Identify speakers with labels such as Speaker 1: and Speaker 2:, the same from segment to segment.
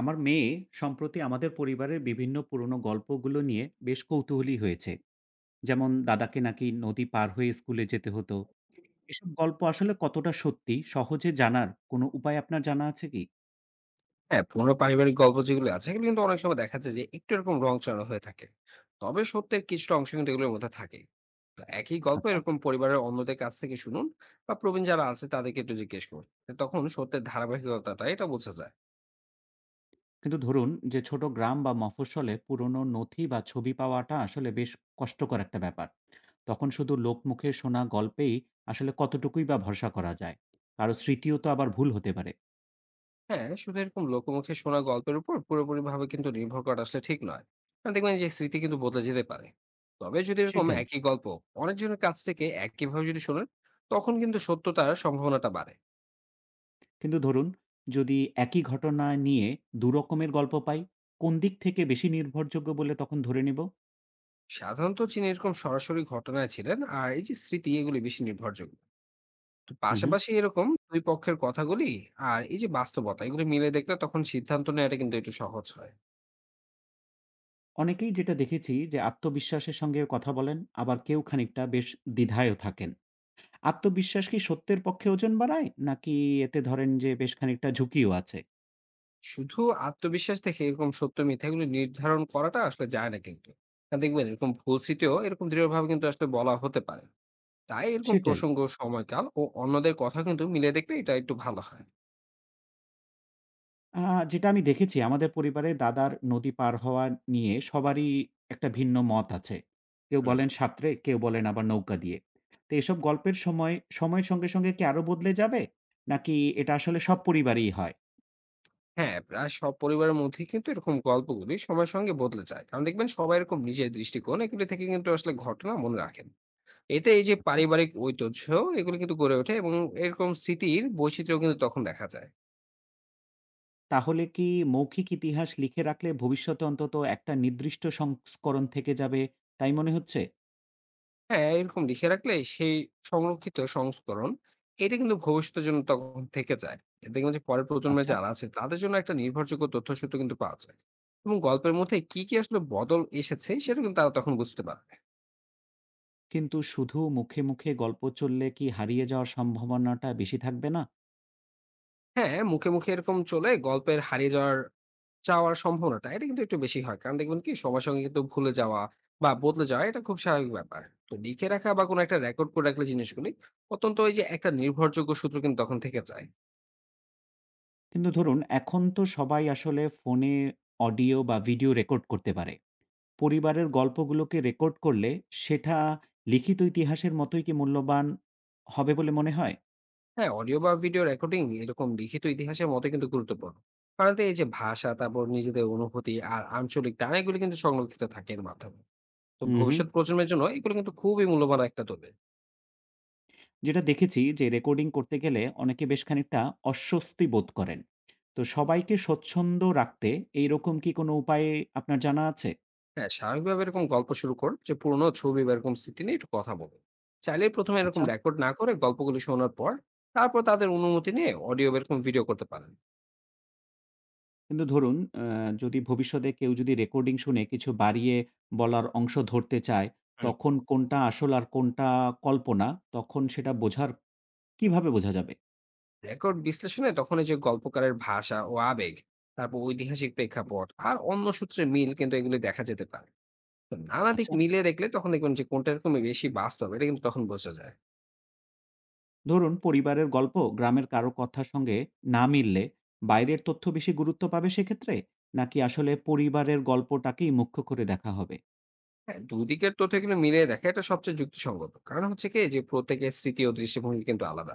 Speaker 1: আমার মেয়ে সম্প্রতি আমাদের পরিবারের বিভিন্ন পুরনো গল্পগুলো নিয়ে বেশ কৌতূহলী হয়েছে। যেমন দাদাকে নাকি নদী পার হয়ে স্কুলে যেতে হতো। এসব গল্প আসলে কতটা সত্যি সহজে জানার কোনো উপায় আপনার জানা আছে কি?
Speaker 2: হ্যাঁ, পুরোনো পারিবারিক গল্প যেগুলো আছে, এগুলো কিন্তু অনেক সময় দেখা যায় যে একটু এরকম রং চড়া হয়ে থাকে। তবে সত্যের কিছুটা অংশ কিন্তু এগুলোর মধ্যে থাকে। তো একই গল্প
Speaker 1: আচ্ছা।
Speaker 2: এরকম পরিবারের অন্যদের কাছ থেকে শুনুন বা প্রবীণ যারা আছে তাদেরকে একটু জিজ্ঞেস করুন। তো তখন সত্যের ধারাবাহিকতাটা এটা বোঝা যায়।
Speaker 1: কিন্তু ধরুন যে ছোট গ্রাম বা মফস্বলে পুরনো নথি বা ছবি পাওয়াটা আসলে বেশ কষ্টকর একটা ব্যাপার। তখন শুধু লোকমুখে শোনা গল্পেই আসলে কতটুকুই বা ভরসা করা যায়? কারো স্মৃতিও তো আবার ভুল হতে পারে।
Speaker 2: হ্যাঁ, শুধু এরকম লোকমুখে শোনা গল্পের উপর পুরোপুরিভাবে কিন্তু নির্ভর করাটা আসলে ঠিক নয়। কারণ দেখবেন যে স্মৃতি কিন্তু বদলে যেতে পারে। তবে যদি এরকম
Speaker 1: সেটাই।
Speaker 2: একই গল্প অনেকজনের কাছ থেকে একইভাবে যদি শোনেন, তখন কিন্তু সত্যতার সম্ভাবনাটা বাড়ে।
Speaker 1: কিন্তু ধরুন, যদি একই ঘটনা নিয়ে ২ রকমের গল্প পাই, কোন দিক থেকে বেশি নির্ভরযোগ্য বলে তখন ধরে নেব?
Speaker 2: সাধারণত চীনে এরকম সরাসরি ঘটনায় ছিলেন আর এই যে স্মৃতি এগুলি বেশি নির্ভরযোগ্য। তো
Speaker 1: হুম, হুম।
Speaker 2: পাশাপাশি এরকম দুই পক্ষের কথাগুলি আর এই যে বাস্তবতা এগুলি মিলে দেখলে তখন সিদ্ধান্ত নেওয়াটা কিন্তু একটু সহজ হয়।
Speaker 1: অনেকেই, যেটা দেখেছি যে আত্মবিশ্বাসের সঙ্গে কথা বলেন, আবার কেউ খানিকটা বেশ দ্বিধায়ও থাকেন। আত্মবিশ্বাস কি সত্যের পক্ষে ওজন বাড়ায়? নাকি এতে ধরেন যে বেশ খানিকটা ঝুঁকিও আছে?
Speaker 2: শুধু আত্মবিশ্বাস থেকে এরকম সত্য মিথ্যাগুলি নির্ধারণ করাটা আসলে যায় না কিন্তু। না দেখবেন এরকম ভুল স্মৃতিও এরকম দৃঢ়ভাবে কিন্তু আসলে বলা হতে পারে। তাই এরকম
Speaker 1: সেটাই।
Speaker 2: প্রসঙ্গ সময়কাল ও অন্যদের কথা কিন্তু মিলে দেখলে এটা একটু ভালো হয়।
Speaker 1: আ যেটা আমি দেখেছি আমাদের পরিবারে দাদার নদী পার হওয়া নিয়ে সবারই একটা ভিন্ন মত আছে। কেউ
Speaker 2: হুম।
Speaker 1: বলেন সাঁতরে, কেউ বলেন আবার নৌকা দিয়ে। তো এসব গল্পের সময়ের সঙ্গে, সঙ্গে কি আরো বদলে যাবে? নাকি এটা আসলে সব পরিবারেই হয়?
Speaker 2: হ্যাঁ, প্রায় সব পরিবারের মধ্যেই কিন্তু এরকম গল্পগুলি সময়ের সঙ্গে বদলে যায়। কারণ দেখবেন সবাই এরকম নিজের দৃষ্টিকোণ এগুলি থেকে কিন্তু আসলে ঘটনা মনে রাখেন। এতে এই যে
Speaker 1: আচ্ছা।
Speaker 2: পারিবারিক ঐতিহ্য এগুলো কিন্তু গড়ে ওঠে এবং এরকম স্মৃতির বৈচিত্র্য কিন্তু তখন দেখা যায়।
Speaker 1: তাহলে কি মৌখিক ইতিহাস লিখে রাখলে ভবিষ্যতে অন্তত একটা নির্দিষ্ট সংস্করণ থেকে যাবে, তাই মনে হচ্ছে?
Speaker 2: হ্যাঁ, এরকম লিখে রাখলে সেই সংরক্ষিত সংস্করণ এটা কিন্তু ভবিষ্যতের জন্য তখন থেকে যায়। এতে দেখবেন যে পরের প্রজন্মে
Speaker 1: আচ্ছা।
Speaker 2: যারা আছে তাদের জন্য একটা নির্ভরযোগ্য তথ্যসূত্র কিন্তু পাওয়া যায়। এবং গল্পের মধ্যে কি, কি আসলে বদল এসেছে সেটা কিন্তু তারা তখন বুঝতে পারবে।
Speaker 1: কিন্তু শুধু মুখে, মুখে গল্প চললে কি হারিয়ে যাওয়ার সম্ভাবনাটা বেশি থাকবে না?
Speaker 2: হ্যাঁ, মুখে, মুখে এরকম চলে গল্পের হারিয়ে যাওয়ার চাওয়ার সম্ভাবনাটা এটা কিন্তু একটু বেশি হয়। কারণ দেখবেন কি সবার সঙ্গে কিন্তু ভুলে যাওয়া বা বদলে যাওয়া এটা খুব স্বাভাবিক ব্যাপার। তো লিখে রাখা বা কোনো একটা রেকর্ড করে রাখলে জিনিসগুলি অত্যন্ত ওই যে একটা নির্ভরযোগ্য সূত্র কিন্তু তখন থেকে যায়।
Speaker 1: কিন্তু ধরুন, এখন তো সবাই আসলে ফোনে অডিও বা ভিডিও রেকর্ড করতে পারে। পরিবারের গল্পগুলোকে রেকর্ড করলে সেটা লিখিত ইতিহাসের মতোই কি মূল্যবান হবে বলে মনে হয়?
Speaker 2: হ্যাঁ, অডিও বা ভিডিও রেকর্ডিং এরকম লিখিত ইতিহাসের মতই কিন্তু গুরুত্বপূর্ণ। কারণ এতে এই যে ভাষা, তারপর নিজেদের অনুভূতি আর আঞ্চলিক টান এগুলি কিন্তু সংরক্ষিত থাকে এর মাধ্যমে। তো
Speaker 1: হুম, হুম।
Speaker 2: ভবিষ্যৎ প্রজন্মের জন্য এগুলো কিন্তু খুবই মূল্যবান একটা দলিল।
Speaker 1: যেটা দেখেছি যে রেকর্ডিং করতে গেলে অনেকে বেশ খানিকটা অস্বস্তি বোধ করেন। তো সবাইকে স্বচ্ছন্দ রাখতে এইরকম কি কোনো উপায়ে আপনার জানা আছে?
Speaker 2: হ্যাঁ, স্বাভাবিকভাবে এরকম গল্প শুরু করুন, যে পুরোনো ছবি বা এরকম স্মৃতি নিয়ে একটু কথা বলুন। চাইলে প্রথমে এরকম
Speaker 1: আচ্ছা।
Speaker 2: রেকর্ড না করে গল্পগুলি শোনার পর তারপর তাদের অনুমতি নিয়ে অডিও বা এরকম ভিডিও করতে পারেন।
Speaker 1: কিন্তু ধরুন, আ যদি ভবিষ্যতে কেউ রেকর্ডিং শুনে কিছু বাড়িয়ে বলার অংশ ধরতে চায়,
Speaker 2: হুম।
Speaker 1: তখন কোনটা আসল আর কোনটা কল্পনা, তখন সেটা বোঝার কিভাবে বোঝা যাবে?
Speaker 2: রেকর্ড বিশ্লেষণে তখন এই যে গল্পকারের ভাষা ও আবেগ, তারপর ঐতিহাসিক প্রেক্ষাপট আর অন্য সূত্রে মিল কিন্তু এগুলি দেখা যেতে পারে। তো নানা দিক
Speaker 1: আচ্ছা,
Speaker 2: মিলিয়ে দেখলে তখন দেখবেন যে কোনটা এরকম বেশি বাস্তব এটা কিন্তু তখন বোঝা যায়।
Speaker 1: ধরুন পরিবারের গল্প গ্রামের কারো কথার সঙ্গে না মিললে বাইরের তথ্য বেশি গুরুত্ব পাবে সেক্ষেত্রে? নাকি আসলে পরিবারের গল্পটাকেই মুখ্য করে দেখা হবে?
Speaker 2: হ্যাঁ, দুদিকের তথ্য কিন্তু মিলিয়ে দেখা এটা সবচেয়ে যুক্তিসঙ্গত। কারণ হচ্ছে কি যে প্রত্যেকের স্মৃতি ও দৃষ্টিভঙ্গি কিন্তু আলাদা।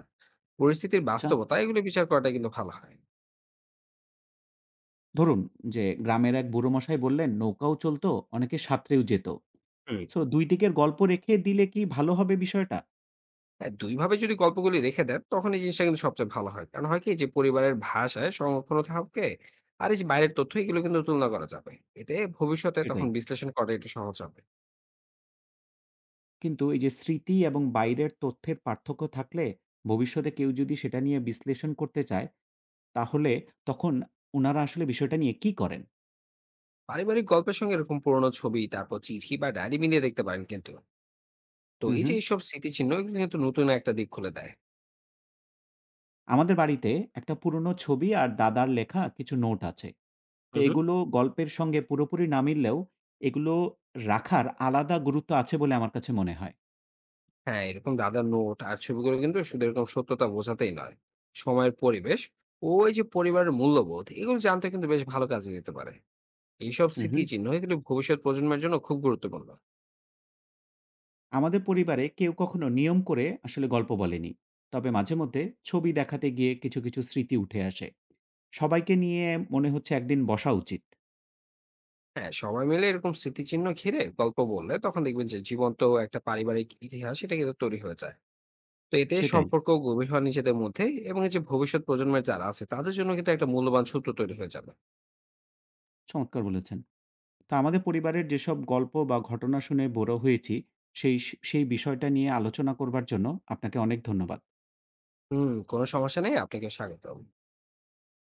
Speaker 2: পরিস্থিতির
Speaker 1: আচ্ছা,
Speaker 2: বাস্তবতা এগুলো বিচার করাটা কিন্তু ভালো হয়।
Speaker 1: ধরুন যে গ্রামের এক বুড়ো মশাই বললেন, "নৌকাও চলত, অনেকে সাঁতরেও যেত।"
Speaker 2: হুম।
Speaker 1: সো ২ দিকের গল্প রেখে দিলে কি ভালো হবে বিষয়টা?
Speaker 2: হ্যাঁ, দুইভাবে যদি গল্পগুলি রেখে দেন তখন এই জিনিসটা কিন্তু সবচেয়ে ভালো হয়। কারণ হয় কি যে পরিবারের ভাষায় সংরক্ষণও থাকবে আর এই যে বাইরের তথ্য এগুলো কিন্তু তুলনা করা যাবে। এতে ভবিষ্যতে তখন
Speaker 1: সেটাই।
Speaker 2: বিশ্লেষণ করা একটু সহজ হবে।
Speaker 1: কিন্তু এই যে স্মৃতি এবং বাইরের তথ্যের পার্থক্য থাকলে ভবিষ্যতে কেউ যদি সেটা নিয়ে বিশ্লেষণ করতে চায়, তাহলে তখন উনারা আসলে বিষয়টা নিয়ে কি করেন?
Speaker 2: পারিবারিক গল্পের সঙ্গে এরকম পুরোনো ছবি, তারপর চিঠি বা ডায়েরি মিলিয়ে দেখতে পারেন কিন্তু। তো
Speaker 1: হুম,
Speaker 2: এই যে
Speaker 1: হুম।
Speaker 2: এইসব স্মৃতিচিহ্ন এগুলো কিন্তু নতুন একটা দিক খুলে দেয়।
Speaker 1: আমাদের বাড়িতে একটা পুরনো ছবি আর দাদার লেখা কিছু নোট আছে। তো
Speaker 2: হুম।
Speaker 1: এগুলো গল্পের সঙ্গে পুরোপুরি না মিললেও এগুলো রাখার আলাদা গুরুত্ব আছে বলে আমার কাছে মনে হয়।
Speaker 2: হ্যাঁ, এরকম দাদার নোট আর ছবিগুলো কিন্তু শুধু এরকম সত্যতা বোঝাতেই নয়। সময়ের পরিবেশ ও এই যে পরিবারের মূল্যবোধ এগুলো জানতে কিন্তু বেশ ভালো কাজে দিতে পারে। এইসব
Speaker 1: হুম, হুম।
Speaker 2: স্মৃতিচিহ্ন এগুলো ভবিষ্যৎ প্রজন্মের জন্য খুব গুরুত্বপূর্ণ।
Speaker 1: আমাদের পরিবারে কেউ কখনো নিয়ম করে আসলে গল্প বলেনি। তবে মাঝে মধ্যে ছবি দেখাতে গিয়ে কিছু কিছু স্মৃতি উঠে আসে। সবাইকে নিয়ে মনে হচ্ছে একদিন বসা উচিত।
Speaker 2: হ্যাঁ, সবাই মিলে এরকম স্মৃতিচিহ্ন ঘিরে গল্প বললে তখন দেখবেন যে জীবন্ত একটা পারিবারিক ইতিহাস এটা কিন্তু তৈরি হয়ে যায়। তো এতে
Speaker 1: সেটাই।
Speaker 2: সম্পর্ক গভীর হয় নিজেদের মধ্যে এবং এই যে ভবিষ্যৎ প্রজন্মের যারা আছে তাদের জন্য কিন্তু একটা মূল্যবান সূত্র তৈরি হয়ে যাবে।
Speaker 1: চমৎকার বলেছেন। তো আমাদের পরিবারের যেসব গল্প বা ঘটনা শুনে বড় হয়েছি, সেই সেই বিষয়টা নিয়ে আলোচনা করবার জন্য আপনাকে অনেক ধন্যবাদ।
Speaker 2: হুম, কোনো সমস্যা নেই। আপনাকে স্বাগতম।